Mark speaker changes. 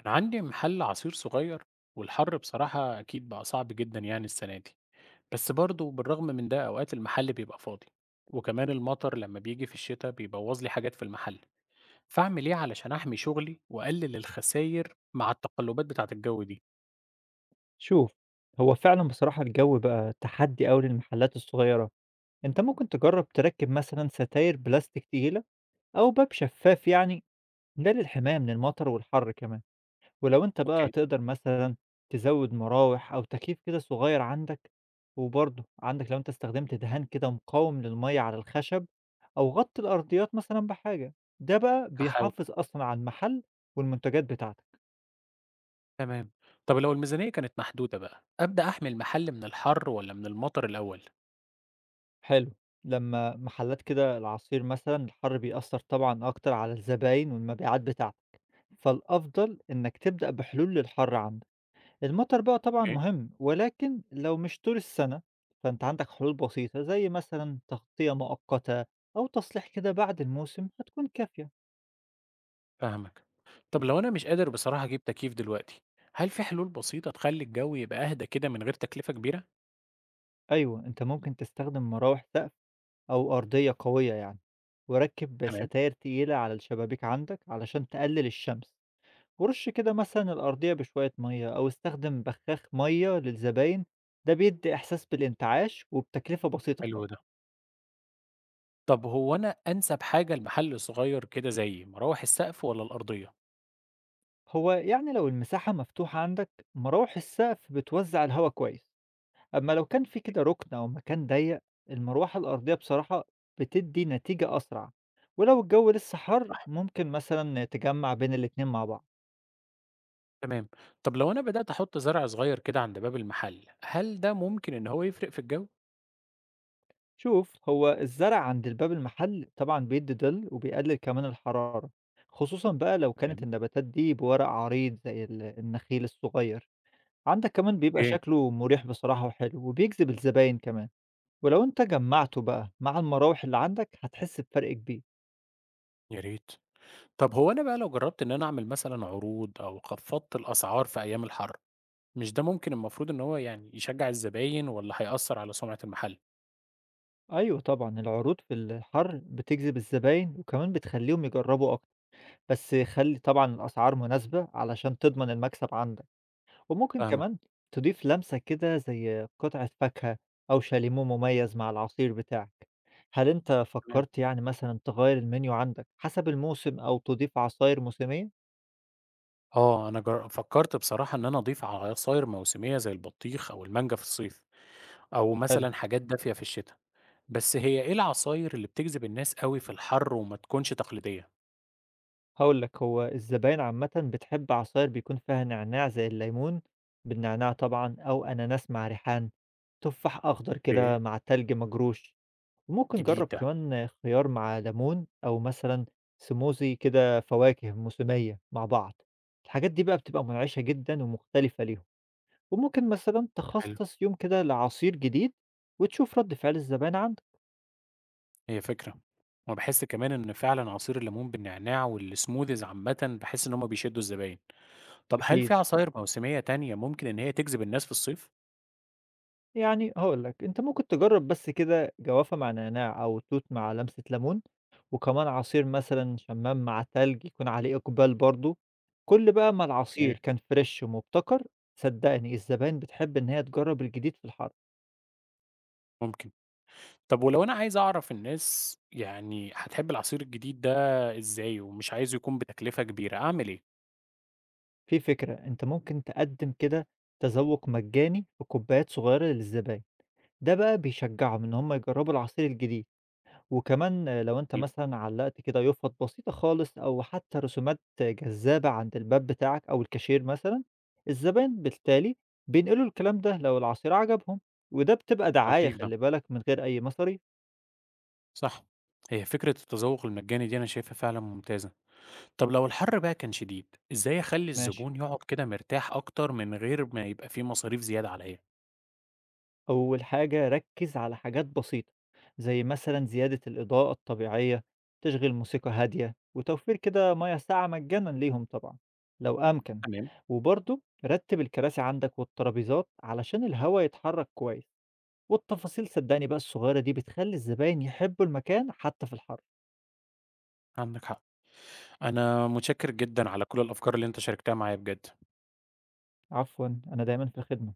Speaker 1: أنا عندي محل عصير صغير والحر بصراحة أكيد بقى صعب جدًا يعني السنة دي، بس برضه بالرغم من ده أوقات المحل بيبقى فاضي، وكمان المطر لما بييجي في الشتا بيبوظ لي حاجات في المحل، فأعمل إيه علشان أحمي شغلي وأقلل الخساير مع التقلبات بتاعة الجو دي؟
Speaker 2: شوف، هو فعلًا بصراحة الجو بقى تحدي أوي للمحلات الصغيرة، أنت ممكن تجرب تركب مثلًا ستاير بلاستيك تقيلة أو باب شفاف يعني، ده للحماية من المطر والحر كمان، ولو أنت بقى
Speaker 1: أوكي،
Speaker 2: تقدر مثلًا تزود مراوح أو تكييف كده صغير عندك، وبرضه عندك لو أنت استخدمت دهان كده مقاوم للمَيّة على الخشب أو غطي الأرضيات مثلًا بحاجة، ده بقى
Speaker 1: هاحاول،
Speaker 2: بيحافظ أصلًا على المحل والمنتجات بتاعتك.
Speaker 1: تمام. طب لو الميزانية كانت محدودة بقى، أبدأ أحمي المحل من الحر والّا من المطر الأول؟
Speaker 2: حلو، لمّا محلات كده العصير مثلًا الحر بيأثّر طبعًا أكتر على الزباين والمبيعات بتاعتك، فالأفضل إنّك تبدأ بحلول للحر عندك، المطر بقى طبعًا
Speaker 1: أوكي،
Speaker 2: مهم ولكن لو مش طول السنة، فأنت عندك حلول بسيطة زي مثلًا تغطية مؤقتة أو تصليح كده بعد الموسم هتكون كافية.
Speaker 1: فاهمك. طب لو أنا مش قادر بصراحة أجيب تكييف دلوقتي، هل في حلول بسيطة تخلي الجو يبقى أهدى كده من غير تكلفة كبيرة؟
Speaker 2: أيوه، أنت ممكن تستخدم مراوح سقف أو أرضية قوية يعني، وركّب
Speaker 1: تمام،
Speaker 2: ستاير تقيلة على الشبابيك عندك علشان تقلل الشمس. ورش كده مثلًا الأرضية بشوية مَيّة أو استخدم بخاخ مَيّة للزباين، ده بيدّي إحساس بالانتعاش وبتكلفة بسيطة
Speaker 1: حلو
Speaker 2: خالص.
Speaker 1: ده. طب هو أنا أنسب حاجة لمحل صغير كده زي مراوح السقف والّا الأرضية؟
Speaker 2: هو يعني لو المساحة مفتوحة عندك، مراوح السقف بتوزّع الهوا كويس، أمّا لو كان في
Speaker 1: أيوه،
Speaker 2: كده رُكن أو مكان ضيّق، المروحة الأرضية بصراحة بتدّي نتيجة أسرع، ولو الجو لسه حَر
Speaker 1: صح.
Speaker 2: ممكن مثلًا تجمّع بين الاتنين مع بعض.
Speaker 1: تمام. طب لو أنا بدأت أحط زرع صغير كده عند باب المحل، هل ده ممكن إن هو يفرق في الجو؟
Speaker 2: شوف، هو الزرع عند الباب المحل طبعا بيدي ظل وبيقلل كمان الحرارة، خصوصا بقى لو كانت
Speaker 1: تمام.
Speaker 2: النباتات دي بورق عريض زي النخيل الصغير عندك، كمان بيبقى
Speaker 1: إيه؟
Speaker 2: شكله مريح بصراحة وحلو وبيجذب الزباين كمان، ولو انت جمعته بقى مع المراوح اللي عندك هتحس بفرق كبير.
Speaker 1: يا ريت. طب هو أنا بقى لو جربت إن أنا أعمل مثلًا عروض أو خفضت الأسعار في أيام الحر، مش ده ممكن المفروض إن هو يعني يشجع الزباين والّا هيأثر على سمعة المحل؟
Speaker 2: ايوه طبعا العروض في الحر بتجذب الزباين وكمان بتخليهم يجربوا اكتر، بس خلي طبعا الاسعار مناسبة علشان تضمن المكسب عندك، وممكن
Speaker 1: فاهمك،
Speaker 2: كمان تضيف لمسة كده زي قطعة فاكهة أو شاليمو مميز مع العصير بتاعك. هل أنت
Speaker 1: تمام.
Speaker 2: فكرت يعني مثلا تغير المنيو عندك حسب الموسم أو تضيف عصاير موسمية؟
Speaker 1: آه، أنا جر فكرت بصراحة إن أنا أضيف عصاير موسمية زي البطيخ أو المانجا في الصيف. أو
Speaker 2: حلو.
Speaker 1: مثلًا حاجات دافية في الشتا، بس هي إيه العصاير اللي بتجذب الناس أوي في الحر وما تكونش تقليدية؟
Speaker 2: هقولك، هو الزباين عامة بتحب عصاير بيكون فيها نعناع زي الليمون بالنعناع طبعا، أو أناناس مع ريحان، تفاح أخضر كده
Speaker 1: أوكي.
Speaker 2: مع تلج مجروش. ممكن
Speaker 1: جديد
Speaker 2: جرّب
Speaker 1: ده،
Speaker 2: كمان خيار مع ليمون أو مثلًا smoothie كده فواكه موسمية مع بعض، الحاجات دي بقى بتبقى منعشة جدًا ومختلفة ليهم، وممكن مثلًا
Speaker 1: حلو،
Speaker 2: تخصص يوم كده لعصير جديد وتشوف رد فعل الزبائن عندك.
Speaker 1: هي فكرة، وأنا باحس كمان إن فعلًا عصير الليمون بالنعناع والsmoothies عامةً باحس إن هُم بيشدوا الزباين. طب هل
Speaker 2: أكيد.
Speaker 1: في عصاير موسمية تانية ممكن إن هي تجذب الناس في الصيف؟
Speaker 2: يعني هاقول لك، أنت ممكن تجرّب بس كده جوافة مع نعناع أو توت مع لمسة ليمون، وكمان عصير مثلًا شمام مع تلج يكون عليه إقبال برضه، كل بقى ما
Speaker 1: أوكي.
Speaker 2: العصير كان فريش ومبتكر صدّقني الزباين بتحب إن هي تجرّب الجديد في الحر.
Speaker 1: ممكن. طب ولو أنا عايز أعرف الناس يعني هتحب العصير الجديد ده إزاي ومش عايزه يكون بتكلفة كبيرة، أعمل إيه؟
Speaker 2: في فكرة، أنت ممكن تقدّم كده تذوُّق مجاني في كوبايات صغيرة للزباين، ده بقى بيشجّعهم إن هم يجرّبوا العصير الجديد، وكمان لو أنت
Speaker 1: حلو،
Speaker 2: مثلًا علّقت كده يُفط بسيطة خالص أو حتى رسومات جذابة عند الباب بتاعك أو الكاشير مثلًا، الزباين بالتالي بينقلوا الكلام ده لو العصير عجبهم، وده بتبقى دعاية
Speaker 1: لطيف ده.
Speaker 2: خلّي بالك من غير أي مصاريف.
Speaker 1: صح، هي فكرة التذوق المجاني دي أنا شايفها فعلًا ممتازة. طب لو الحر بقى كان شديد، إزاي أخلّي
Speaker 2: ماشي.
Speaker 1: الزبون يقعد كده مرتاح أكتر من غير ما يبقى في مصاريف زيادة عليّا؟
Speaker 2: أول حاجة ركز على حاجات بسيطة زي مثلا زيادة الإضاءة الطبيعية، تشغيل موسيقى هادية، وتوفير كده مياه ساقعة مجانا ليهم طبعا لو أمكن،
Speaker 1: تمام،
Speaker 2: وبرضه رتب الكراسي عندك والترابيزات علشان الهواء يتحرك كويس، والتفاصيل صدقني بقى الصغيرة دي بتخلي الزباين يحبوا المكان حتى في الحر.
Speaker 1: عندك حق. أنا متشكر جدًا على كل الأفكار اللي أنت شاركتها معايا بجد.
Speaker 2: عفوا، أنا دايما في الخدمة.